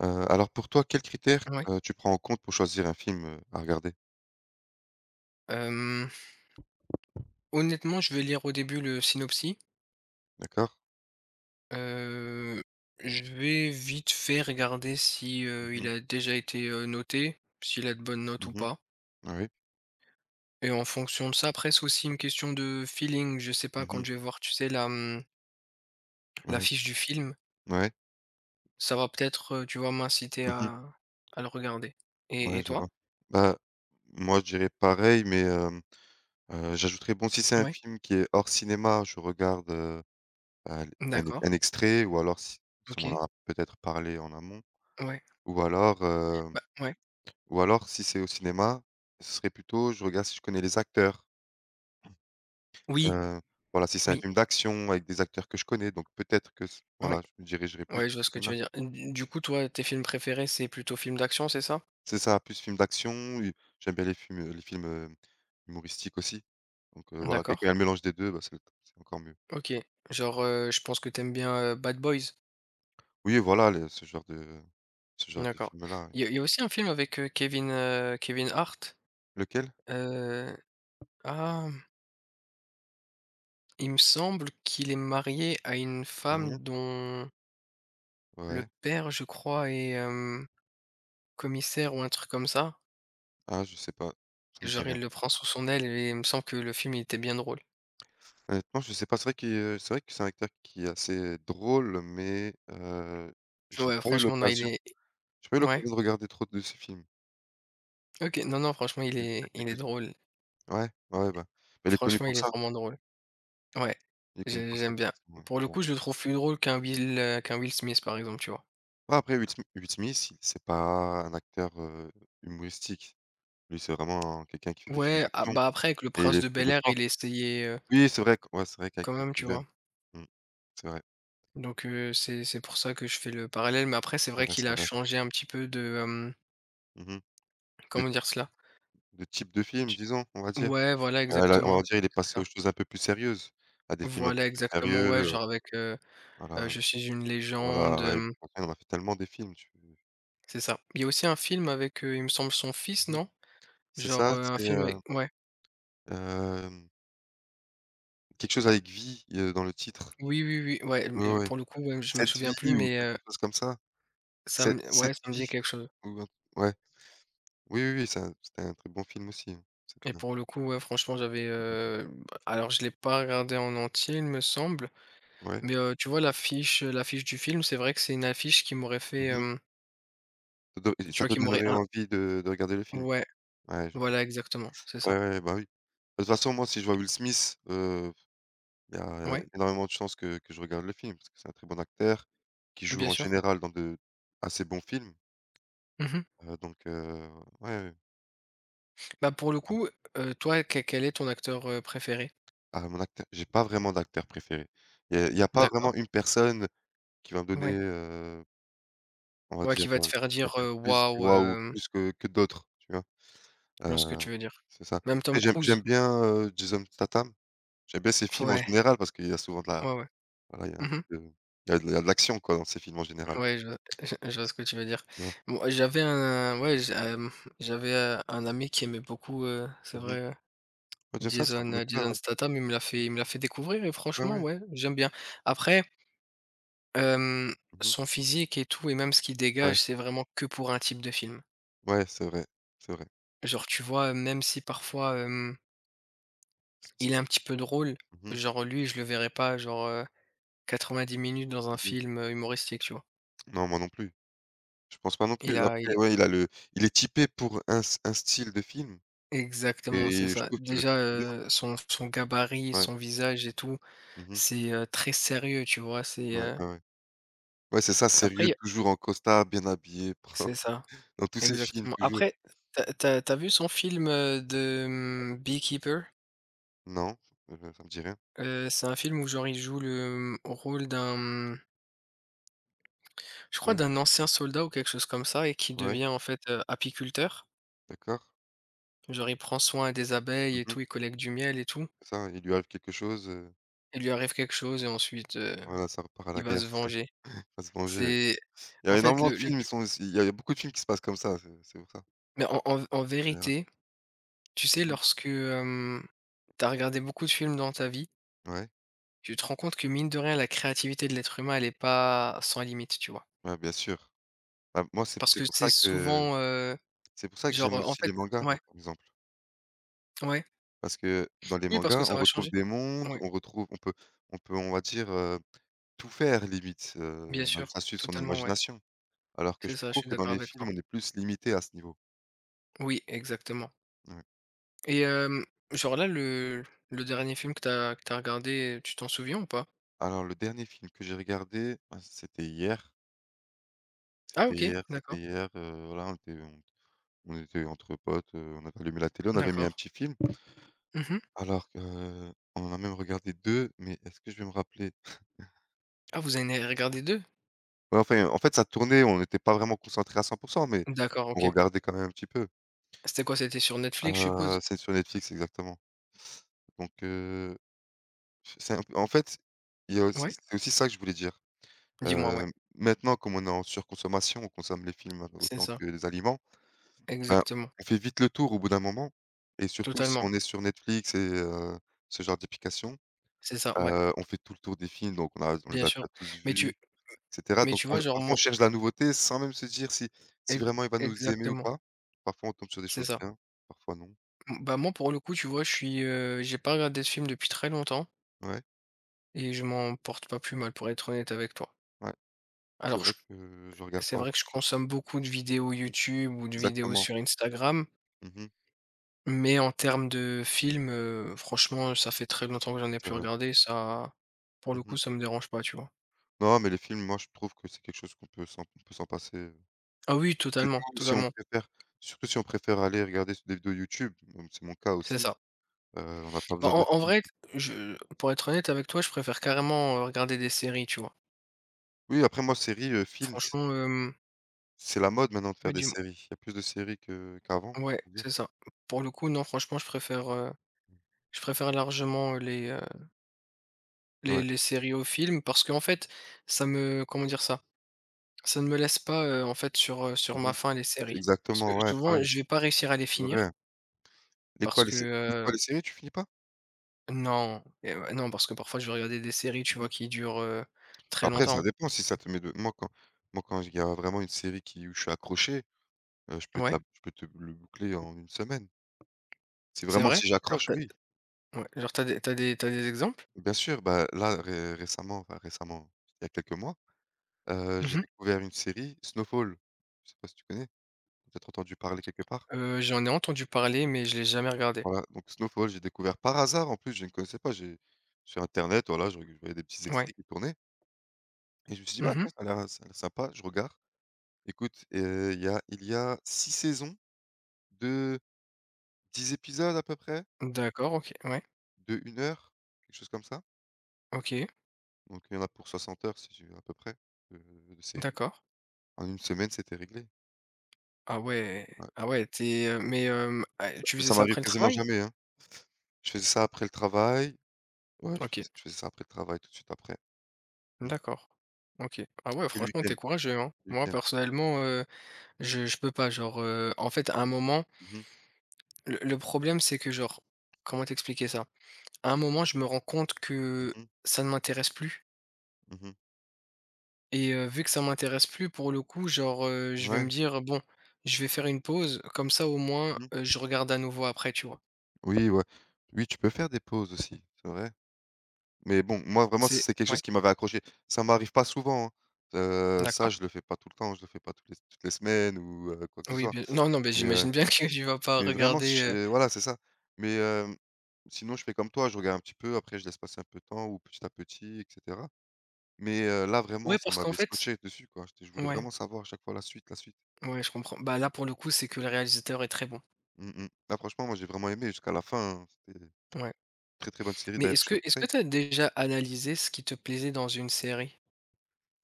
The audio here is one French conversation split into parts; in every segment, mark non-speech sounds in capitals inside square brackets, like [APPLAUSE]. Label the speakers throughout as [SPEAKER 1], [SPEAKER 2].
[SPEAKER 1] Alors pour toi, quels critères,
[SPEAKER 2] Ouais.
[SPEAKER 1] tu prends en compte pour choisir un film, à regarder?
[SPEAKER 2] Hem, Honnêtement, je vais lire au début le synopsis.
[SPEAKER 1] D'accord.
[SPEAKER 2] Heu, je vais vite fait regarder si,
[SPEAKER 1] Mmh
[SPEAKER 2] il
[SPEAKER 1] mh.
[SPEAKER 2] a déjà été, noté, s'il a de bonnes notes ou
[SPEAKER 1] Mmh.
[SPEAKER 2] pas
[SPEAKER 1] Oui.
[SPEAKER 2] et en fonction de ça, après, c'est aussi une question de feeling. Je sais pas, quand
[SPEAKER 1] Mmh.
[SPEAKER 2] je vais voir, tu sais,
[SPEAKER 1] Ouais.
[SPEAKER 2] l'affiche du film,
[SPEAKER 1] Ouais.
[SPEAKER 2] ça va peut-être, tu vois, m'inciter
[SPEAKER 1] Mmh.
[SPEAKER 2] à le regarder et
[SPEAKER 1] Ouais,
[SPEAKER 2] et
[SPEAKER 1] je
[SPEAKER 2] toi?
[SPEAKER 1] vois. Bah, moi, je dirais pareil, mais j'ajouterais, bon, si c'est un
[SPEAKER 2] Ouais.
[SPEAKER 1] film qui est hors cinéma, je regarde, un un e
[SPEAKER 2] D'accord.
[SPEAKER 1] un extrait, ou alors si on m'en
[SPEAKER 2] OK.
[SPEAKER 1] a peut-être parlé en amont,
[SPEAKER 2] Ouais.
[SPEAKER 1] ou alors, heu,
[SPEAKER 2] Bah, ouais.
[SPEAKER 1] ou alors si c'est au cinéma, ce serait plutôt je regarde si je connais les acteurs.
[SPEAKER 2] Oui,
[SPEAKER 1] Heu, voilà, si c'est un
[SPEAKER 2] oui,
[SPEAKER 1] film d'action avec des acteurs que je connais, donc peut-être que
[SPEAKER 2] ouais.
[SPEAKER 1] je me dirigerai plus
[SPEAKER 2] Ouais, je
[SPEAKER 1] sur
[SPEAKER 2] vois ce
[SPEAKER 1] ces
[SPEAKER 2] que tu
[SPEAKER 1] films-là.
[SPEAKER 2] veux dire. Du coup, toi, tes films préférés, c'est plutôt films d'action, c'est ça?
[SPEAKER 1] C'est ça, plus films d'action. heu, J'aime bien les films, humoristiques aussi. Donc voilà, et quand il y
[SPEAKER 2] D'accord,
[SPEAKER 1] a un mélange des deux, bah, c'est encore mieux.
[SPEAKER 2] OK. Genre, je pense que t'aimes bien, Bad Boys?
[SPEAKER 1] Oui, voilà, le ce genre de
[SPEAKER 2] D'accord.
[SPEAKER 1] film-là, ouais.
[SPEAKER 2] Il y a aussi un film avec, Kevin Hart,
[SPEAKER 1] Lequel?
[SPEAKER 2] heu, ah, il me semble qu'il est marié à une
[SPEAKER 1] Mmh.
[SPEAKER 2] femme dont le
[SPEAKER 1] Ouais.
[SPEAKER 2] père, je crois, est, commissaire ou un truc comme ça.
[SPEAKER 1] Ah, je sais pas, ça me dit
[SPEAKER 2] Genre, il
[SPEAKER 1] rien.
[SPEAKER 2] le prend sous son aile et il me semble que le film, il était bien drôle.
[SPEAKER 1] Honnêtement, je sais pas, c'est vrai que c'est un acteur qui est assez drôle, mais j'ai
[SPEAKER 2] Ouais,
[SPEAKER 1] pas eu
[SPEAKER 2] franchement, non, il
[SPEAKER 1] l'occasion
[SPEAKER 2] est
[SPEAKER 1] j'ai pas eu
[SPEAKER 2] ouais?
[SPEAKER 1] l'occasion de regarder trop de ses films.
[SPEAKER 2] OK, non, non, franchement, il est drôle.
[SPEAKER 1] Ouais, ouais, bah, mais il est connu
[SPEAKER 2] Franchement, il
[SPEAKER 1] pour
[SPEAKER 2] est
[SPEAKER 1] ça,
[SPEAKER 2] vraiment drôle. Ouais,
[SPEAKER 1] de
[SPEAKER 2] j'aime
[SPEAKER 1] toute
[SPEAKER 2] bien.
[SPEAKER 1] façon, ouais.
[SPEAKER 2] Pour le
[SPEAKER 1] Ouais.
[SPEAKER 2] coup, je le trouve plus drôle qu'un Will Smith, par exemple, tu vois?
[SPEAKER 1] Bah, après Will Smith, il c'est pas un acteur, humoristique. Lui, c'est vraiment quelqu'un qui fait des films
[SPEAKER 2] Ouais, ah,
[SPEAKER 1] d'action
[SPEAKER 2] bah, après avec le
[SPEAKER 1] et il
[SPEAKER 2] Prince
[SPEAKER 1] est
[SPEAKER 2] de
[SPEAKER 1] il est
[SPEAKER 2] Bel-Air,
[SPEAKER 1] fort.
[SPEAKER 2] il essayait,
[SPEAKER 1] Oui, c'est vrai q ouais, c'est vrai qu'avec
[SPEAKER 2] quand même, tu
[SPEAKER 1] les jeunes.
[SPEAKER 2] vois?
[SPEAKER 1] Mmh. C'est vrai,
[SPEAKER 2] Donc c'est pour ça que je fais le parallèle, mais après c'est vrai qu'il
[SPEAKER 1] c'est
[SPEAKER 2] a
[SPEAKER 1] vrai.
[SPEAKER 2] changé un petit peu de,
[SPEAKER 1] Mmh. De
[SPEAKER 2] comment
[SPEAKER 1] ty
[SPEAKER 2] dire cela?
[SPEAKER 1] de type de film,
[SPEAKER 2] J
[SPEAKER 1] disons, on va dire.
[SPEAKER 2] Ouais, voilà,
[SPEAKER 1] Ouais, là, on
[SPEAKER 2] exactement,
[SPEAKER 1] va dire, il est
[SPEAKER 2] c'est
[SPEAKER 1] passé aux
[SPEAKER 2] ça.
[SPEAKER 1] choses un peu plus sérieuses, à des films un peu
[SPEAKER 2] Voilà,
[SPEAKER 1] plus
[SPEAKER 2] exactement,
[SPEAKER 1] sérieux,
[SPEAKER 2] ouais, genre avec,
[SPEAKER 1] voilà,
[SPEAKER 2] «Je suis une légende»,
[SPEAKER 1] voilà, ouais, on en a fait tellement des films, tu mmh
[SPEAKER 2] c'est ça. Il y a aussi un film avec, il me semble son fils, non?
[SPEAKER 1] C'est
[SPEAKER 2] Genre,
[SPEAKER 1] ça,
[SPEAKER 2] un
[SPEAKER 1] c'est,
[SPEAKER 2] film avec ouais.
[SPEAKER 1] hem Quelque chose avec vie, dans le titre.
[SPEAKER 2] Oui, oui, oui, ouais,
[SPEAKER 1] Ouais,
[SPEAKER 2] mais
[SPEAKER 1] ouais, ouais.
[SPEAKER 2] pour le coup, ouais, je me
[SPEAKER 1] Cette
[SPEAKER 2] souviens plus,
[SPEAKER 1] vie ou
[SPEAKER 2] mais
[SPEAKER 1] quelque chose comme ça.
[SPEAKER 2] Ça
[SPEAKER 1] Cette
[SPEAKER 2] me ouais,
[SPEAKER 1] cette
[SPEAKER 2] ça me
[SPEAKER 1] vie
[SPEAKER 2] dit quelque chose
[SPEAKER 1] ou un ouais. Oui, oui, oui, ça c'était un très bon film aussi, hein. C'était
[SPEAKER 2] et pour le coup, ouais, franchement, j'avais, alors je l'ai pas regardé en entier, il me semble,
[SPEAKER 1] Ouais.
[SPEAKER 2] mais tu vois l'affiche, l'affiche du film, c'est vrai que c'est une affiche qui m'aurait fait,
[SPEAKER 1] Mmh. Ça do Et
[SPEAKER 2] tu
[SPEAKER 1] ça
[SPEAKER 2] vois,
[SPEAKER 1] te
[SPEAKER 2] qui m'aurait
[SPEAKER 1] donnerait
[SPEAKER 2] un
[SPEAKER 1] envie de regarder le film?
[SPEAKER 2] ouais,
[SPEAKER 1] Ouais, je
[SPEAKER 2] voilà,
[SPEAKER 1] comprends.
[SPEAKER 2] exactement, c'est
[SPEAKER 1] Ouais,
[SPEAKER 2] ça.
[SPEAKER 1] ouais, ouais, bah, oui. De toute façon, moi, si je vois Will Smith, il y a
[SPEAKER 2] Ouais,
[SPEAKER 1] énormément de chances que je regarde le film parce que c'est un très bon acteur qui joue
[SPEAKER 2] bien
[SPEAKER 1] en
[SPEAKER 2] sûr.
[SPEAKER 1] général dans de assez bons films.
[SPEAKER 2] Mmh.
[SPEAKER 1] heu, donc heu, ouais, ouais.
[SPEAKER 2] Bah, pour le coup, toi, quel est ton acteur, préféré?
[SPEAKER 1] Ah, mon acteur j'ai pas vraiment d'acteur préféré. Il y a pas
[SPEAKER 2] D'accord,
[SPEAKER 1] vraiment une personne qui va me donner,
[SPEAKER 2] ouais.
[SPEAKER 1] on va
[SPEAKER 2] Ouais,
[SPEAKER 1] dire,
[SPEAKER 2] qui va te
[SPEAKER 1] heu,
[SPEAKER 2] faire
[SPEAKER 1] qui va
[SPEAKER 2] dire,
[SPEAKER 1] me faire
[SPEAKER 2] heu:
[SPEAKER 1] plus dire:
[SPEAKER 2] «Waouh»,
[SPEAKER 1] «Waouh» plus que d'autres, tu vois?
[SPEAKER 2] je
[SPEAKER 1] Heu,
[SPEAKER 2] tu veux dire.
[SPEAKER 1] c'est ça.
[SPEAKER 2] Même Tom
[SPEAKER 1] Après j'aime
[SPEAKER 2] Cruise?
[SPEAKER 1] j'aime bien, Jason Statham. J'aime bien ses films en
[SPEAKER 2] Ouais,
[SPEAKER 1] général parce qu'il y a souvent de la
[SPEAKER 2] ouais, ouais.
[SPEAKER 1] voilà,
[SPEAKER 2] Mmh.
[SPEAKER 1] il y a de l'action, quoi, dans ses films en général,
[SPEAKER 2] Ouais, je vois ce que tu veux dire.
[SPEAKER 1] tu vois?
[SPEAKER 2] Bon, j'avais un ouais, j'avais, un ami qui aimait beaucoup, c'est
[SPEAKER 1] Mmh.
[SPEAKER 2] vrai,
[SPEAKER 1] Ouais, Jason, c'est un bon acteur,
[SPEAKER 2] Jason
[SPEAKER 1] ouais.
[SPEAKER 2] Statham, il me l'a
[SPEAKER 1] Mmh.
[SPEAKER 2] fait il me l'a fait découvrir et
[SPEAKER 1] Ouais,
[SPEAKER 2] franchement,
[SPEAKER 1] ouais.
[SPEAKER 2] ouais, j'aime bien. Après, hem,
[SPEAKER 1] Mmh.
[SPEAKER 2] son physique et tout et même ce qu'il
[SPEAKER 1] Ouais.
[SPEAKER 2] dégage, c'est vraiment que pour un type de film.
[SPEAKER 1] Ouais, c'est vrai, c'est vrai.
[SPEAKER 2] Genre, tu vois, même si parfois, il est un petit peu drôle,
[SPEAKER 1] Mmh mh.
[SPEAKER 2] genre, lui, je le verrais pas, genre, 90 minutes dans un
[SPEAKER 1] Mmh.
[SPEAKER 2] film, humoristique, tu vois?
[SPEAKER 1] Non, moi non plus. Je pense pas non plus.
[SPEAKER 2] Il a il
[SPEAKER 1] Après, ouais, il a le il est typé pour un style de film,
[SPEAKER 2] Exactement, c'est
[SPEAKER 1] et je
[SPEAKER 2] ça.
[SPEAKER 1] trouve qu'il le
[SPEAKER 2] Déjà,
[SPEAKER 1] fait très bien.
[SPEAKER 2] son gabarit,
[SPEAKER 1] Ouais.
[SPEAKER 2] son visage et tout,
[SPEAKER 1] Mmh.
[SPEAKER 2] c'est, très sérieux, tu vois?
[SPEAKER 1] Ouais, ouais, ouais. Ouais, c'est ça,
[SPEAKER 2] Après
[SPEAKER 1] sérieux,
[SPEAKER 2] y a
[SPEAKER 1] toujours en costard, bien habillé,
[SPEAKER 2] c'est
[SPEAKER 1] propre.
[SPEAKER 2] ça,
[SPEAKER 1] [LAUGHS] Dans tous ses films,
[SPEAKER 2] exactement.
[SPEAKER 1] toujours.
[SPEAKER 2] Après, t'as t'as tu vu son film, Beekeeper?
[SPEAKER 1] Non, ça me dit rien.
[SPEAKER 2] C'est un film où genre il joue rôle je crois
[SPEAKER 1] Ouais.
[SPEAKER 2] d'un ancien soldat ou quelque chose comme ça et qui
[SPEAKER 1] Ouais,
[SPEAKER 2] devient en fait, apiculteur.
[SPEAKER 1] d'accord.
[SPEAKER 2] Genre il prend soin des abeilles et
[SPEAKER 1] Mmh.
[SPEAKER 2] tout, il collecte du miel et tout.
[SPEAKER 1] Il lui arrive quelque chose,
[SPEAKER 2] Il lui arrive quelque chose et ensuite,
[SPEAKER 1] voilà, ça repart à
[SPEAKER 2] il
[SPEAKER 1] la
[SPEAKER 2] va
[SPEAKER 1] guerre,
[SPEAKER 2] se venger.
[SPEAKER 1] [LAUGHS] à se venger.
[SPEAKER 2] C'est
[SPEAKER 1] Il y
[SPEAKER 2] en
[SPEAKER 1] a
[SPEAKER 2] fait
[SPEAKER 1] énormément de
[SPEAKER 2] le
[SPEAKER 1] films, ils sont il y a beaucoup de films qui se passent comme ça, c'est pour ça,
[SPEAKER 2] Mais en
[SPEAKER 1] en général.
[SPEAKER 2] vérité, tu sais,
[SPEAKER 1] Mmh.
[SPEAKER 2] lorsque, tu regardé beaucoup de films dans ta vie,
[SPEAKER 1] Ouais,
[SPEAKER 2] tu te rends compte que mine de rien, la créativité de l'être humain, elle est pas sans limite, tu vois?
[SPEAKER 1] ouais, bien sûr. Bah, moi,
[SPEAKER 2] Parce que c'est souvent,
[SPEAKER 1] c'est pour ça que
[SPEAKER 2] genre,
[SPEAKER 1] j'aime
[SPEAKER 2] en
[SPEAKER 1] aussi
[SPEAKER 2] fait
[SPEAKER 1] les mangas, moi,
[SPEAKER 2] ouais,
[SPEAKER 1] par exemple.
[SPEAKER 2] ouais.
[SPEAKER 1] Parce que dans les
[SPEAKER 2] Oui, parce que
[SPEAKER 1] mangas,
[SPEAKER 2] ça
[SPEAKER 1] on
[SPEAKER 2] va
[SPEAKER 1] retrouve
[SPEAKER 2] changer.
[SPEAKER 1] des mondes,
[SPEAKER 2] Ouais,
[SPEAKER 1] on peut, on va dire, tout faire limite,
[SPEAKER 2] bien
[SPEAKER 1] on a
[SPEAKER 2] sûr,
[SPEAKER 1] juste à suivre son
[SPEAKER 2] totalement, ouais.
[SPEAKER 1] imagination. Alors que
[SPEAKER 2] C'est
[SPEAKER 1] je
[SPEAKER 2] ça, je
[SPEAKER 1] trouve
[SPEAKER 2] suis
[SPEAKER 1] que dans
[SPEAKER 2] d'accord
[SPEAKER 1] les
[SPEAKER 2] avec toi.
[SPEAKER 1] films, on est plus limité à ce niveau.
[SPEAKER 2] Oui, exactement
[SPEAKER 1] Ouais.
[SPEAKER 2] et genre là, le dernier film que t'as regardé, tu t'en souviens ou pas?
[SPEAKER 1] Alors le dernier film que j'ai regardé, bah, c'était hier,
[SPEAKER 2] Ah OK, d'accord,
[SPEAKER 1] voilà, on était entre potes, on avait allumé la télé, on avait mis un
[SPEAKER 2] d'accord.
[SPEAKER 1] petit film.
[SPEAKER 2] Mmh.
[SPEAKER 1] Alors que On en a même regardé deux, mais est-ce que je vais me rappeler?
[SPEAKER 2] Ah, vous en avez regardé 2.
[SPEAKER 1] Ouais, enfin, en fait, ça tournait, on n'était pas vraiment concentré à 100, mais
[SPEAKER 2] D'accord,
[SPEAKER 1] on
[SPEAKER 2] OK.
[SPEAKER 1] regardait quand même un petit peu.
[SPEAKER 2] C'était quoi? C'était sur Netflix, je suppose?
[SPEAKER 1] C'est sur Netflix exactement. Donc c'est un peu, en fait, il y a
[SPEAKER 2] Ouais?
[SPEAKER 1] aussi c'est aussi ça que je voulais dire.
[SPEAKER 2] Dis-moi, ouais.
[SPEAKER 1] Heu, Maintenant, comme on est en surconsommation, on consomme les films
[SPEAKER 2] C'est
[SPEAKER 1] autant
[SPEAKER 2] ça,
[SPEAKER 1] que les aliments. Ben,
[SPEAKER 2] exactement,
[SPEAKER 1] on fait vite le tour au bout d'un moment, et surtout si
[SPEAKER 2] totalement.
[SPEAKER 1] on est sur Netflix et ce genre d'application,
[SPEAKER 2] C'est ça, ouais,
[SPEAKER 1] on fait tout le tour des films, donc on les
[SPEAKER 2] bien
[SPEAKER 1] a
[SPEAKER 2] sûr.
[SPEAKER 1] déjà tous
[SPEAKER 2] Mais
[SPEAKER 1] vus
[SPEAKER 2] tu
[SPEAKER 1] et cetera.
[SPEAKER 2] mais
[SPEAKER 1] Donc
[SPEAKER 2] tu
[SPEAKER 1] on
[SPEAKER 2] vois, genre,
[SPEAKER 1] parfois on
[SPEAKER 2] moi
[SPEAKER 1] cherche la nouveauté sans même se dire si
[SPEAKER 2] ex
[SPEAKER 1] vraiment il va nous aimer ou
[SPEAKER 2] exactement,
[SPEAKER 1] pas. Parfois on tombe sur des
[SPEAKER 2] c'est
[SPEAKER 1] choses
[SPEAKER 2] ça.
[SPEAKER 1] bien, parfois non.
[SPEAKER 2] M Bah, moi, pour le coup, tu vois, j'ai pas regardé ce film depuis très longtemps
[SPEAKER 1] Ouais,
[SPEAKER 2] et je m'en porte pas plus mal, pour être honnête avec toi.
[SPEAKER 1] ouais, c'est
[SPEAKER 2] Alors
[SPEAKER 1] vrai
[SPEAKER 2] je
[SPEAKER 1] que je regarde
[SPEAKER 2] C'est
[SPEAKER 1] pas. Mmh.
[SPEAKER 2] vrai que je consomme beaucoup de vidéos YouTube ou de vidéos
[SPEAKER 1] Exactement.
[SPEAKER 2] sur Instagram,
[SPEAKER 1] Mmh.
[SPEAKER 2] mais en termes de films, franchement, ça fait très longtemps que j'en ai
[SPEAKER 1] C'est
[SPEAKER 2] plus
[SPEAKER 1] vrai.
[SPEAKER 2] regardé, ça pour le coup,
[SPEAKER 1] Mmh.
[SPEAKER 2] ça me dérange pas, tu vois?
[SPEAKER 1] Non, mais les films, moi, je trouve que c'est quelque chose qu'on peut s'en on peut s'en passer,
[SPEAKER 2] Ah oui, totalement,
[SPEAKER 1] surtout si on
[SPEAKER 2] totalement,
[SPEAKER 1] préfère surtout si on préfère aller regarder des vidéos YouTube, donc c'est mon cas
[SPEAKER 2] c'est
[SPEAKER 1] aussi,
[SPEAKER 2] ça.
[SPEAKER 1] on n'a pas
[SPEAKER 2] Bah,
[SPEAKER 1] besoin
[SPEAKER 2] en
[SPEAKER 1] de
[SPEAKER 2] en
[SPEAKER 1] films.
[SPEAKER 2] vrai, je pour être honnête avec toi, je préfère carrément, regarder des séries, tu vois?
[SPEAKER 1] Oui, après moi, séries, films,
[SPEAKER 2] Franchement, hem
[SPEAKER 1] c'est la mode maintenant de
[SPEAKER 2] ouais,
[SPEAKER 1] faire des
[SPEAKER 2] dis
[SPEAKER 1] séries. Il y a plus de séries que qu'avant,
[SPEAKER 2] ouais,
[SPEAKER 1] on va dire.
[SPEAKER 2] c'est ça. Pour le coup, non, franchement, je préfère largement les
[SPEAKER 1] Ouais.
[SPEAKER 2] les séries aux films parce qu'en fait, ça me comment dire ça? Ça ne me laisse pas, en fait, sur
[SPEAKER 1] Mmh.
[SPEAKER 2] ma faim, les
[SPEAKER 1] C'est
[SPEAKER 2] séries. Parce que
[SPEAKER 1] exactement, ouais,
[SPEAKER 2] souvent,
[SPEAKER 1] pareil,
[SPEAKER 2] je vais pas réussir à les
[SPEAKER 1] c'est
[SPEAKER 2] finir
[SPEAKER 1] vrai. Les
[SPEAKER 2] parce
[SPEAKER 1] quoi, les
[SPEAKER 2] que,
[SPEAKER 1] sé les quoi,
[SPEAKER 2] heu
[SPEAKER 1] Les séries, tu finis pas?
[SPEAKER 2] non, et ouais, non, parce que parfois, je vais regarder des séries, tu vois,
[SPEAKER 1] Mmh.
[SPEAKER 2] qui durent, très
[SPEAKER 1] Après ça
[SPEAKER 2] longtemps.
[SPEAKER 1] dépend si ça te met de moi quand il y a vraiment une série qui où je suis accroché,
[SPEAKER 2] Ouais,
[SPEAKER 1] je peux te le boucler en une semaine. C'est
[SPEAKER 2] c'est
[SPEAKER 1] vraiment
[SPEAKER 2] vrai?
[SPEAKER 1] si
[SPEAKER 2] Genre
[SPEAKER 1] j'accroche, oui,
[SPEAKER 2] Ouais, genre t'as des exemples?
[SPEAKER 1] bien sûr. Bah, là, ré récemment, enfin récemment, il y a quelques mois,
[SPEAKER 2] Mmh
[SPEAKER 1] j'ai
[SPEAKER 2] mh.
[SPEAKER 1] découvert une série, Snowfall. Je sais pas si tu connais? T'as peut-être entendu parler quelque part?
[SPEAKER 2] J'en ai entendu parler, mais je l'ai jamais regardé.
[SPEAKER 1] Voilà, donc Snowfall, j'ai découvert par hasard, en plus je ne connaissais pas, j'ai sur internet, voilà, je voyais des petits
[SPEAKER 2] Ouais.
[SPEAKER 1] extraits qui tournaient, et je me suis dit: «Bah,
[SPEAKER 2] Mmh.
[SPEAKER 1] tiens, ça a l'air sympa», je regarde. Écoute, il y a 6 saisons de 10 épisodes à peu près,
[SPEAKER 2] D'accord, OK. Ouais.
[SPEAKER 1] de 1 heure, quelque chose comme ça.
[SPEAKER 2] OK.
[SPEAKER 1] Donc il y en a pour 60 heures si tu veux à peu près de série.
[SPEAKER 2] D'accord.
[SPEAKER 1] En une semaine, c'était réglé.
[SPEAKER 2] Ah ouais.
[SPEAKER 1] Ouais,
[SPEAKER 2] Ah ouais, mais, tu
[SPEAKER 1] bah,
[SPEAKER 2] faisais
[SPEAKER 1] ça
[SPEAKER 2] ça
[SPEAKER 1] m'arrive
[SPEAKER 2] après le
[SPEAKER 1] quasiment
[SPEAKER 2] travail?
[SPEAKER 1] jamais, hein. Je faisais ça après le travail. Ouais, je
[SPEAKER 2] OK.
[SPEAKER 1] faisais je faisais ça après le travail, tout de suite après. Mmh
[SPEAKER 2] D'accord. OK. Ah ouais,
[SPEAKER 1] et le
[SPEAKER 2] franchement, t'es
[SPEAKER 1] week-end,
[SPEAKER 2] courageux, hein.
[SPEAKER 1] le
[SPEAKER 2] Moi,
[SPEAKER 1] week-end.
[SPEAKER 2] personnellement, je peux pas, genre, en fait, à un moment,
[SPEAKER 1] Mmh mh.
[SPEAKER 2] le problème, c'est que genre, comment t'expliquer ça? À un moment, je me rends compte que
[SPEAKER 1] Mmh.
[SPEAKER 2] ça ne m'intéresse plus.
[SPEAKER 1] Mmh.
[SPEAKER 2] Et vu que ça m'intéresse plus pour le coup, genre, je vais me
[SPEAKER 1] Ouais.
[SPEAKER 2] dire: «Bon, je vais faire une pause, comme ça au moins,
[SPEAKER 1] Mmh.
[SPEAKER 2] je regarde à nouveau après», tu vois?
[SPEAKER 1] Oui, ouais. Oui, tu peux faire des pauses aussi, c'est vrai. Mais bon, moi, vraiment,
[SPEAKER 2] C'est
[SPEAKER 1] c'est quelque
[SPEAKER 2] Ouais,
[SPEAKER 1] chose qui m'avait accroché. Ça m'arrive pas souvent, hein. Ça,
[SPEAKER 2] d'accord.
[SPEAKER 1] je le fais pas tout le temps, je le fais pas toutes les semaines ou quoi que ce
[SPEAKER 2] Oui,
[SPEAKER 1] soit.
[SPEAKER 2] bien non, non, mais
[SPEAKER 1] Mais heu,
[SPEAKER 2] j'imagine bien [LAUGHS] que tu vas pas
[SPEAKER 1] mais vraiment,
[SPEAKER 2] regarder,
[SPEAKER 1] je voilà, c'est ça. Mais hem, Sinon, je fais comme toi, je regarde un petit peu, après je laisse passer un peu de temps, ou petit à petit, et cetera. Là vraiment
[SPEAKER 2] ouais,
[SPEAKER 1] ça
[SPEAKER 2] parce qu'en
[SPEAKER 1] m'avait
[SPEAKER 2] fait
[SPEAKER 1] scotché dessus, quoi, j'étais je voulais
[SPEAKER 2] ouais,
[SPEAKER 1] vraiment savoir à chaque fois la suite, la suite.
[SPEAKER 2] ouais, je comprends. Bah, là, pour le coup, c'est que le réalisateur est très bon.
[SPEAKER 1] Mmh mh. Là franchement moi j'ai vraiment aimé jusqu'à la fin, hein, c'était une
[SPEAKER 2] Ouais.
[SPEAKER 1] très, très bonne série
[SPEAKER 2] Mais
[SPEAKER 1] d'ailleurs
[SPEAKER 2] est-ce
[SPEAKER 1] que je te
[SPEAKER 2] que est-ce que
[SPEAKER 1] conseille.
[SPEAKER 2] tu as déjà analysé ce qui te plaisait dans une série?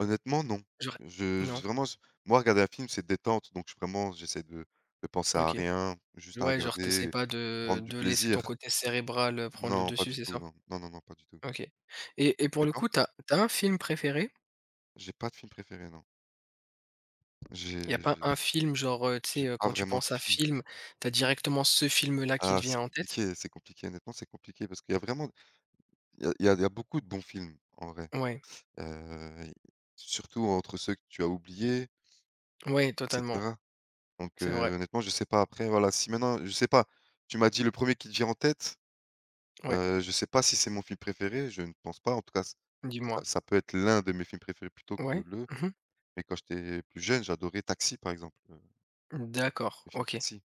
[SPEAKER 1] Honnêtement non.
[SPEAKER 2] Genre non?
[SPEAKER 1] Je vraiment je Moi regarder un film c'est détente, donc je vraiment j'essaie de penser à
[SPEAKER 2] OK.
[SPEAKER 1] rien, juste à
[SPEAKER 2] Ouais, genre t'essaies
[SPEAKER 1] regarder,
[SPEAKER 2] pas de
[SPEAKER 1] prendre du
[SPEAKER 2] de laisser ton
[SPEAKER 1] plaisir.
[SPEAKER 2] côté cérébral, prendre le
[SPEAKER 1] Non pas
[SPEAKER 2] dessus,
[SPEAKER 1] du
[SPEAKER 2] c'est
[SPEAKER 1] tout,
[SPEAKER 2] ça?
[SPEAKER 1] non. Non, non, non, pas du tout.
[SPEAKER 2] OK et pour
[SPEAKER 1] Et
[SPEAKER 2] le
[SPEAKER 1] toi?
[SPEAKER 2] coup, t'as un film préféré?
[SPEAKER 1] J'ai pas de film préféré, non.
[SPEAKER 2] Il y a
[SPEAKER 1] J'ai
[SPEAKER 2] pas
[SPEAKER 1] j'ai
[SPEAKER 2] un film genre, tu sais,
[SPEAKER 1] j'ai pas
[SPEAKER 2] quand tu
[SPEAKER 1] vraiment de
[SPEAKER 2] penses à
[SPEAKER 1] film.
[SPEAKER 2] film, t'as directement ce film-là qui te
[SPEAKER 1] Ah,
[SPEAKER 2] vient
[SPEAKER 1] c'est
[SPEAKER 2] en tête?
[SPEAKER 1] compliqué, honnêtement c'est compliqué parce qu'il y a vraiment il y a il y a il y a beaucoup de bons films en vrai.
[SPEAKER 2] Ouais,
[SPEAKER 1] Heu, Surtout entre ceux que tu as oubliés,
[SPEAKER 2] ouais,
[SPEAKER 1] et
[SPEAKER 2] totalement,
[SPEAKER 1] cetera. Donc
[SPEAKER 2] c'est vrai,
[SPEAKER 1] honnêtement, je sais pas, après voilà, si maintenant je sais pas, tu m'as dit le premier qui te vient en tête,
[SPEAKER 2] ouais,
[SPEAKER 1] je sais pas si c'est mon film préféré, je ne pense pas. En tout cas, ç ça
[SPEAKER 2] dis-moi.
[SPEAKER 1] ça peut être l'un de mes films préférés plutôt que
[SPEAKER 2] Ouais,
[SPEAKER 1] le, mais quand j'étais plus jeune, j'adorais Taxi, par exemple,
[SPEAKER 2] d'accord,
[SPEAKER 1] le film
[SPEAKER 2] OK.
[SPEAKER 1] Taxi.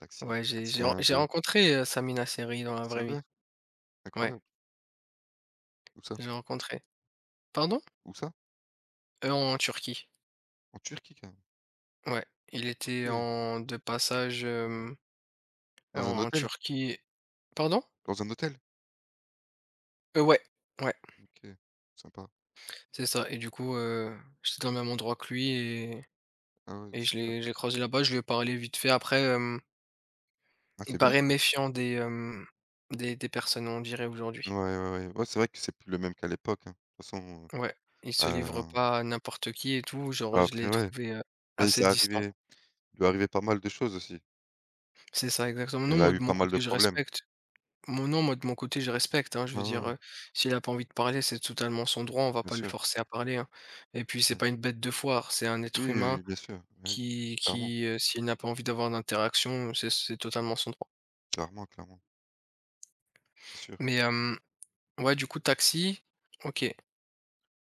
[SPEAKER 1] Taxi,
[SPEAKER 2] Ouais, j'ai
[SPEAKER 1] Taxi
[SPEAKER 2] j'ai ren
[SPEAKER 1] un,
[SPEAKER 2] j'ai
[SPEAKER 1] deux.
[SPEAKER 2] rencontré, Samina Seri dans la
[SPEAKER 1] C'est
[SPEAKER 2] vraie vie.
[SPEAKER 1] vrai?
[SPEAKER 2] Ouais,
[SPEAKER 1] Incroyable. Où ça?
[SPEAKER 2] j'ai rencontré. Pardon?
[SPEAKER 1] Où ça?
[SPEAKER 2] En Turquie,
[SPEAKER 1] En Turquie, carrément?
[SPEAKER 2] ouais, il était
[SPEAKER 1] OK.
[SPEAKER 2] en de passage,
[SPEAKER 1] Dans un
[SPEAKER 2] en
[SPEAKER 1] hôtel?
[SPEAKER 2] Turquie. Pardon?
[SPEAKER 1] Dans un hôtel?
[SPEAKER 2] Ouais, ouais.
[SPEAKER 1] OK, sympa.
[SPEAKER 2] C'est ça et du coup, j'étais dans le même endroit que lui et
[SPEAKER 1] Ah ouais,
[SPEAKER 2] et je
[SPEAKER 1] super.
[SPEAKER 2] l'ai j'ai croisé là-bas, je lui ai parlé vite fait. Après,
[SPEAKER 1] Ah,
[SPEAKER 2] il
[SPEAKER 1] c'est bien
[SPEAKER 2] paraît
[SPEAKER 1] ça.
[SPEAKER 2] méfiant des personnes, on dirait
[SPEAKER 1] Ouais,
[SPEAKER 2] aujourd'hui.
[SPEAKER 1] ouais, ouais. Ouais, c'est vrai que c'est plus le même qu'à l'époque, hein. De toute façon,
[SPEAKER 2] Ouais, il
[SPEAKER 1] heu,
[SPEAKER 2] se livre
[SPEAKER 1] heu,
[SPEAKER 2] pas à n'importe qui et tout, genre je
[SPEAKER 1] après
[SPEAKER 2] l'ai
[SPEAKER 1] ouais,
[SPEAKER 2] trouvé,
[SPEAKER 1] mais
[SPEAKER 2] assez distant.
[SPEAKER 1] il lui est arrivé pas mal de choses aussi.
[SPEAKER 2] C'est ça, exactement. Non,
[SPEAKER 1] Il a
[SPEAKER 2] moi de
[SPEAKER 1] eu
[SPEAKER 2] mon
[SPEAKER 1] pas mal de
[SPEAKER 2] côté, je
[SPEAKER 1] problèmes.
[SPEAKER 2] respecte. Mon nom Moi de mon côté, je respecte, hein. Je
[SPEAKER 1] Ouais,
[SPEAKER 2] veux
[SPEAKER 1] ouais,
[SPEAKER 2] dire,
[SPEAKER 1] ouais,
[SPEAKER 2] s'il a pas envie de parler, c'est totalement son droit, on va
[SPEAKER 1] bien
[SPEAKER 2] pas le
[SPEAKER 1] sûr,
[SPEAKER 2] forcer à parler, hein, et puis
[SPEAKER 1] bien
[SPEAKER 2] c'est
[SPEAKER 1] sûr.
[SPEAKER 2] pas une bête de foire, c'est un
[SPEAKER 1] Oui,
[SPEAKER 2] être
[SPEAKER 1] oui,
[SPEAKER 2] humain.
[SPEAKER 1] oui, bien sûr, bah, oui,
[SPEAKER 2] Qui
[SPEAKER 1] clairement,
[SPEAKER 2] qui, heu, s'il n'a pas envie d'avoir d'interaction, c'est totalement son droit.
[SPEAKER 1] clairement, clairement, c'est sûr.
[SPEAKER 2] Mais, ouais, du coup, Taxi, OK,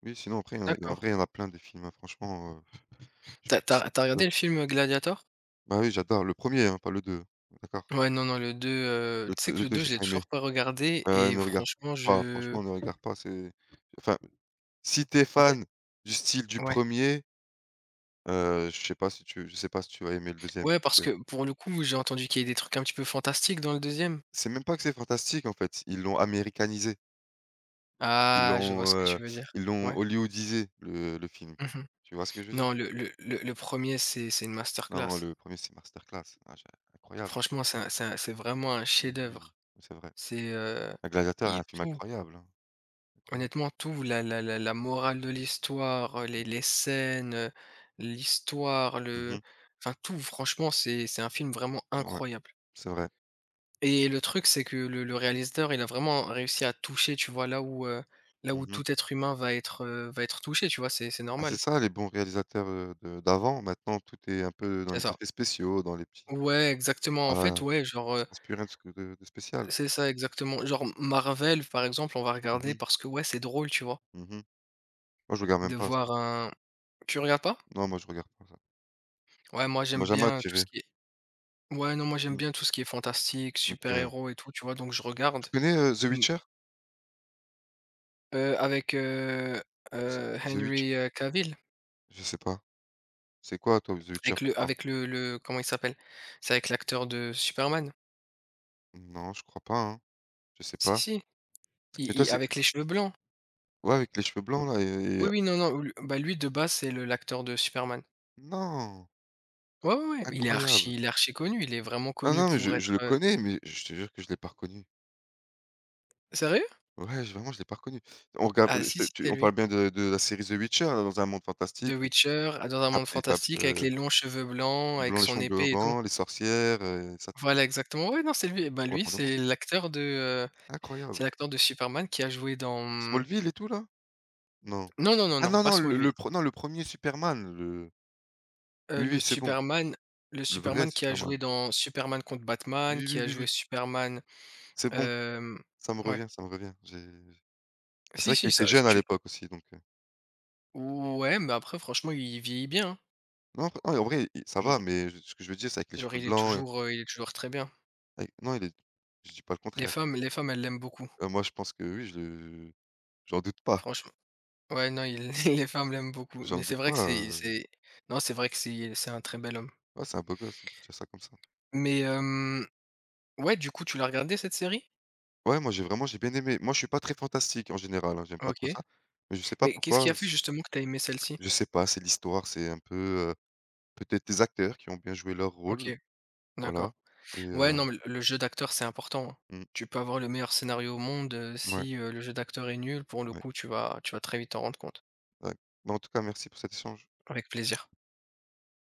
[SPEAKER 1] Oui, sinon après, en
[SPEAKER 2] d'accord.
[SPEAKER 1] vrai, il y en a plein des films, hein, franchement, je peux
[SPEAKER 2] t'as
[SPEAKER 1] te
[SPEAKER 2] t'as
[SPEAKER 1] citer
[SPEAKER 2] tu
[SPEAKER 1] quoi
[SPEAKER 2] regardé
[SPEAKER 1] d'autre?
[SPEAKER 2] le film, Gladiator?
[SPEAKER 1] Bah, oui, j'adore le premier, hein, pas le deux. D'accord.
[SPEAKER 2] Ouais, non, non, le 2
[SPEAKER 1] Le
[SPEAKER 2] tu sais
[SPEAKER 1] 2,
[SPEAKER 2] que
[SPEAKER 1] le
[SPEAKER 2] le
[SPEAKER 1] 2,
[SPEAKER 2] 2
[SPEAKER 1] j'ai
[SPEAKER 2] je l'ai
[SPEAKER 1] pas aimé.
[SPEAKER 2] toujours pas regardé et
[SPEAKER 1] Ne regarde
[SPEAKER 2] franchement,
[SPEAKER 1] pas,
[SPEAKER 2] je
[SPEAKER 1] franchement, ne regarde pas, c'est, enfin, si tu es
[SPEAKER 2] en fait
[SPEAKER 1] fan du style du
[SPEAKER 2] ouais.
[SPEAKER 1] premier. Je sais pas si tu vas aimer le deuxième
[SPEAKER 2] Ouais, parce que
[SPEAKER 1] parce que
[SPEAKER 2] pour le coup, j'ai entendu qu'il y ait des trucs un petit peu fantastiques dans le deuxième.
[SPEAKER 1] c'est même pas que c'est fantastique, en fait, ils l'ont américanisé. Ils
[SPEAKER 2] Ah, je vois
[SPEAKER 1] l'ont,
[SPEAKER 2] ce que
[SPEAKER 1] heu,
[SPEAKER 2] tu veux dire.
[SPEAKER 1] Ils l'ont
[SPEAKER 2] Ouais.
[SPEAKER 1] hollywoodisé le film.
[SPEAKER 2] Mmh.
[SPEAKER 1] Tu vois ce que je veux dire?
[SPEAKER 2] Non, le 1 c'est une
[SPEAKER 1] Non,
[SPEAKER 2] masterclass.
[SPEAKER 1] le premier c'est masterclass. Ah j'ai Incroyable.
[SPEAKER 2] Franchement, c'est vraiment un
[SPEAKER 1] Oui, oui, oui,
[SPEAKER 2] chef-d'œuvre.
[SPEAKER 1] c'est vrai.
[SPEAKER 2] C'est, heu,
[SPEAKER 1] La Gladiateur
[SPEAKER 2] il y
[SPEAKER 1] est
[SPEAKER 2] a
[SPEAKER 1] un film
[SPEAKER 2] tout.
[SPEAKER 1] incroyable, hein, incroyable.
[SPEAKER 2] Honnêtement, tout, la morale de l'histoire, les
[SPEAKER 1] Mmh.
[SPEAKER 2] les scènes, l'histoire, le
[SPEAKER 1] Mmh.
[SPEAKER 2] enfin tout, franchement, c'est un film vraiment
[SPEAKER 1] Ouais,
[SPEAKER 2] incroyable
[SPEAKER 1] c'est vrai.
[SPEAKER 2] et le truc, c'est que le réalisateur, il a vraiment réussi à toucher, tu vois? Là où
[SPEAKER 1] Mmh.
[SPEAKER 2] tout être humain va être touché, tu vois? C'est
[SPEAKER 1] Ah,
[SPEAKER 2] normal.
[SPEAKER 1] c'est ça les bons réalisateurs, de d'avant. Maintenant tout est un peu dans
[SPEAKER 2] C'est
[SPEAKER 1] les
[SPEAKER 2] ça.
[SPEAKER 1] effets spéciaux, dans les
[SPEAKER 2] Ouais, exactement,
[SPEAKER 1] ah,
[SPEAKER 2] en fait,
[SPEAKER 1] là,
[SPEAKER 2] ouais, genre,
[SPEAKER 1] il se passe plus rien de sc de spécial.
[SPEAKER 2] c'est ça, exactement. Genre, Marvel, par exemple, on va
[SPEAKER 1] Mmh
[SPEAKER 2] regarder
[SPEAKER 1] mh.
[SPEAKER 2] parce que, ouais, c'est drôle, tu vois?
[SPEAKER 1] Mmh. Moi je regarde même
[SPEAKER 2] De
[SPEAKER 1] pas.
[SPEAKER 2] voir un Tu regardes pas?
[SPEAKER 1] Non, moi je regarde pas ça.
[SPEAKER 2] Ouais, moi,
[SPEAKER 1] Ça
[SPEAKER 2] j'aime
[SPEAKER 1] m'a jamais
[SPEAKER 2] bien tout ce
[SPEAKER 1] attiré.
[SPEAKER 2] qui est Ouais, non, moi j'aime
[SPEAKER 1] Mmh,
[SPEAKER 2] bien tout ce qui est fantastique,
[SPEAKER 1] OK,
[SPEAKER 2] super-héros et tout, tu vois? Donc je regarde,
[SPEAKER 1] tu connais, The
[SPEAKER 2] mmh,
[SPEAKER 1] Witcher?
[SPEAKER 2] avec,
[SPEAKER 1] The Witch?
[SPEAKER 2] Henry, Cavill,
[SPEAKER 1] Je sais pas. C'est quoi toi, The Witcher
[SPEAKER 2] avec
[SPEAKER 1] pour
[SPEAKER 2] le
[SPEAKER 1] toi?
[SPEAKER 2] avec le le comment il s'appelle? C'est avec l'acteur de Superman.
[SPEAKER 1] Non, je crois pas, hein. Je sais
[SPEAKER 2] Si,
[SPEAKER 1] pas.
[SPEAKER 2] si,
[SPEAKER 1] Mais
[SPEAKER 2] il
[SPEAKER 1] toi
[SPEAKER 2] il
[SPEAKER 1] c'est,
[SPEAKER 2] avec les cheveux blancs.
[SPEAKER 1] ouais, avec les cheveux blancs là, et
[SPEAKER 2] Oui, oui, non, non, l bah, lui de base, c'est le l'acteur de Superman.
[SPEAKER 1] non!
[SPEAKER 2] Ouais, ouais, ouais, il est archi
[SPEAKER 1] Incroyable.
[SPEAKER 2] il est archi connu, il est vraiment
[SPEAKER 1] Ah
[SPEAKER 2] connu
[SPEAKER 1] non, mais
[SPEAKER 2] pour
[SPEAKER 1] je
[SPEAKER 2] être,
[SPEAKER 1] le connais, mais je te jure que je l'ai pas reconnu.
[SPEAKER 2] sérieux?
[SPEAKER 1] Ouais, je l'ai pas reconnu. On regarde,
[SPEAKER 2] Ah
[SPEAKER 1] je
[SPEAKER 2] si,
[SPEAKER 1] te
[SPEAKER 2] si,
[SPEAKER 1] tu
[SPEAKER 2] c'est
[SPEAKER 1] on
[SPEAKER 2] lui.
[SPEAKER 1] parle bien de la série The Witcher, là, dans un monde
[SPEAKER 2] The
[SPEAKER 1] fantastique. Il
[SPEAKER 2] Witcher, ah, dans
[SPEAKER 1] ils
[SPEAKER 2] un
[SPEAKER 1] tapent
[SPEAKER 2] monde
[SPEAKER 1] ils tapent,
[SPEAKER 2] fantastique avec les longs cheveux blancs, avec
[SPEAKER 1] blanc les
[SPEAKER 2] son
[SPEAKER 1] cheveux blancs,
[SPEAKER 2] épée et tout.
[SPEAKER 1] blancs, les sorcières, ça
[SPEAKER 2] Voilà exactement, ouais, non, c'est lui. Et ben,
[SPEAKER 1] on va
[SPEAKER 2] lui,
[SPEAKER 1] prendre le monstre. Incroyable.
[SPEAKER 2] c'est l'acteur de Superman qui a joué dans, mmh
[SPEAKER 1] Smallville et tout là? Non.
[SPEAKER 2] non, non, non,
[SPEAKER 1] Ah
[SPEAKER 2] non,
[SPEAKER 1] non,
[SPEAKER 2] pas
[SPEAKER 1] non, le
[SPEAKER 2] Smallville.
[SPEAKER 1] pre non, le premier Superman, le
[SPEAKER 2] Heu,
[SPEAKER 1] oui,
[SPEAKER 2] le
[SPEAKER 1] oui, c'est bon,
[SPEAKER 2] Superman le
[SPEAKER 1] le vrai
[SPEAKER 2] Superman qui a
[SPEAKER 1] Superman.
[SPEAKER 2] joué dans Superman contre Batman,
[SPEAKER 1] Oui,
[SPEAKER 2] qui
[SPEAKER 1] oui,
[SPEAKER 2] a
[SPEAKER 1] oui,
[SPEAKER 2] joué
[SPEAKER 1] oui,
[SPEAKER 2] Superman,
[SPEAKER 1] c'est bon,
[SPEAKER 2] hem,
[SPEAKER 1] ça me
[SPEAKER 2] ouais.
[SPEAKER 1] revient, ça me revient. J'ai C'est
[SPEAKER 2] Si,
[SPEAKER 1] vrai qu'il
[SPEAKER 2] si,
[SPEAKER 1] était
[SPEAKER 2] ça si
[SPEAKER 1] jeune à
[SPEAKER 2] tu
[SPEAKER 1] l'époque aussi, donc
[SPEAKER 2] ouais, mais après franchement, il vieillit bien, hein.
[SPEAKER 1] non, non, en vrai, il ça va,
[SPEAKER 2] Genre
[SPEAKER 1] mais ce que je veux dire, c'est avec les
[SPEAKER 2] genre
[SPEAKER 1] cheveux blancs,
[SPEAKER 2] il est toujours très bien.
[SPEAKER 1] avec non, il est, je dis pas le
[SPEAKER 2] Les
[SPEAKER 1] contraire.
[SPEAKER 2] femmes les femmes, elles l'aiment beaucoup,
[SPEAKER 1] Moi, je pense que oui, je le j'en doute pas,
[SPEAKER 2] franchement. Ouais, non, il [LAUGHS] les femmes l'aiment beaucoup, mais
[SPEAKER 1] j'en
[SPEAKER 2] c'est
[SPEAKER 1] doute
[SPEAKER 2] vrai que
[SPEAKER 1] pas,
[SPEAKER 2] c'est
[SPEAKER 1] heu,
[SPEAKER 2] c'est non, c'est vrai que c'est un très bel homme.
[SPEAKER 1] ouais, c'est un beau gosse, on peut dire ça comme ça.
[SPEAKER 2] Mais hem ouais, du coup, tu l'as regardée cette série?
[SPEAKER 1] Ouais, moi, j'ai bien aimé. Moi, je suis pas très fantastique en général, hein, j'aime pas
[SPEAKER 2] OK.
[SPEAKER 1] trop ça, mais je sais pas
[SPEAKER 2] Mais qu'est-ce qui a
[SPEAKER 1] pourquoi,
[SPEAKER 2] fait
[SPEAKER 1] c
[SPEAKER 2] justement que t'as aimé celle-ci?
[SPEAKER 1] je sais pas, c'est l'histoire, c'est un peu, peut-être des acteurs qui ont bien joué leur
[SPEAKER 2] OK,
[SPEAKER 1] rôle, voilà.
[SPEAKER 2] d'accord.
[SPEAKER 1] Et
[SPEAKER 2] Ouais, non, mais le jeu d'acteur, c'est important, hein.
[SPEAKER 1] mmh,
[SPEAKER 2] Tu peux avoir le meilleur scénario au monde,
[SPEAKER 1] ouais,
[SPEAKER 2] si, le jeu d'acteur est nul, pour le
[SPEAKER 1] ouais,
[SPEAKER 2] coup, tu vas très vite t'en rendre compte.
[SPEAKER 1] ouais. Mais en tout cas, merci pour cet échange.
[SPEAKER 2] Avec plaisir.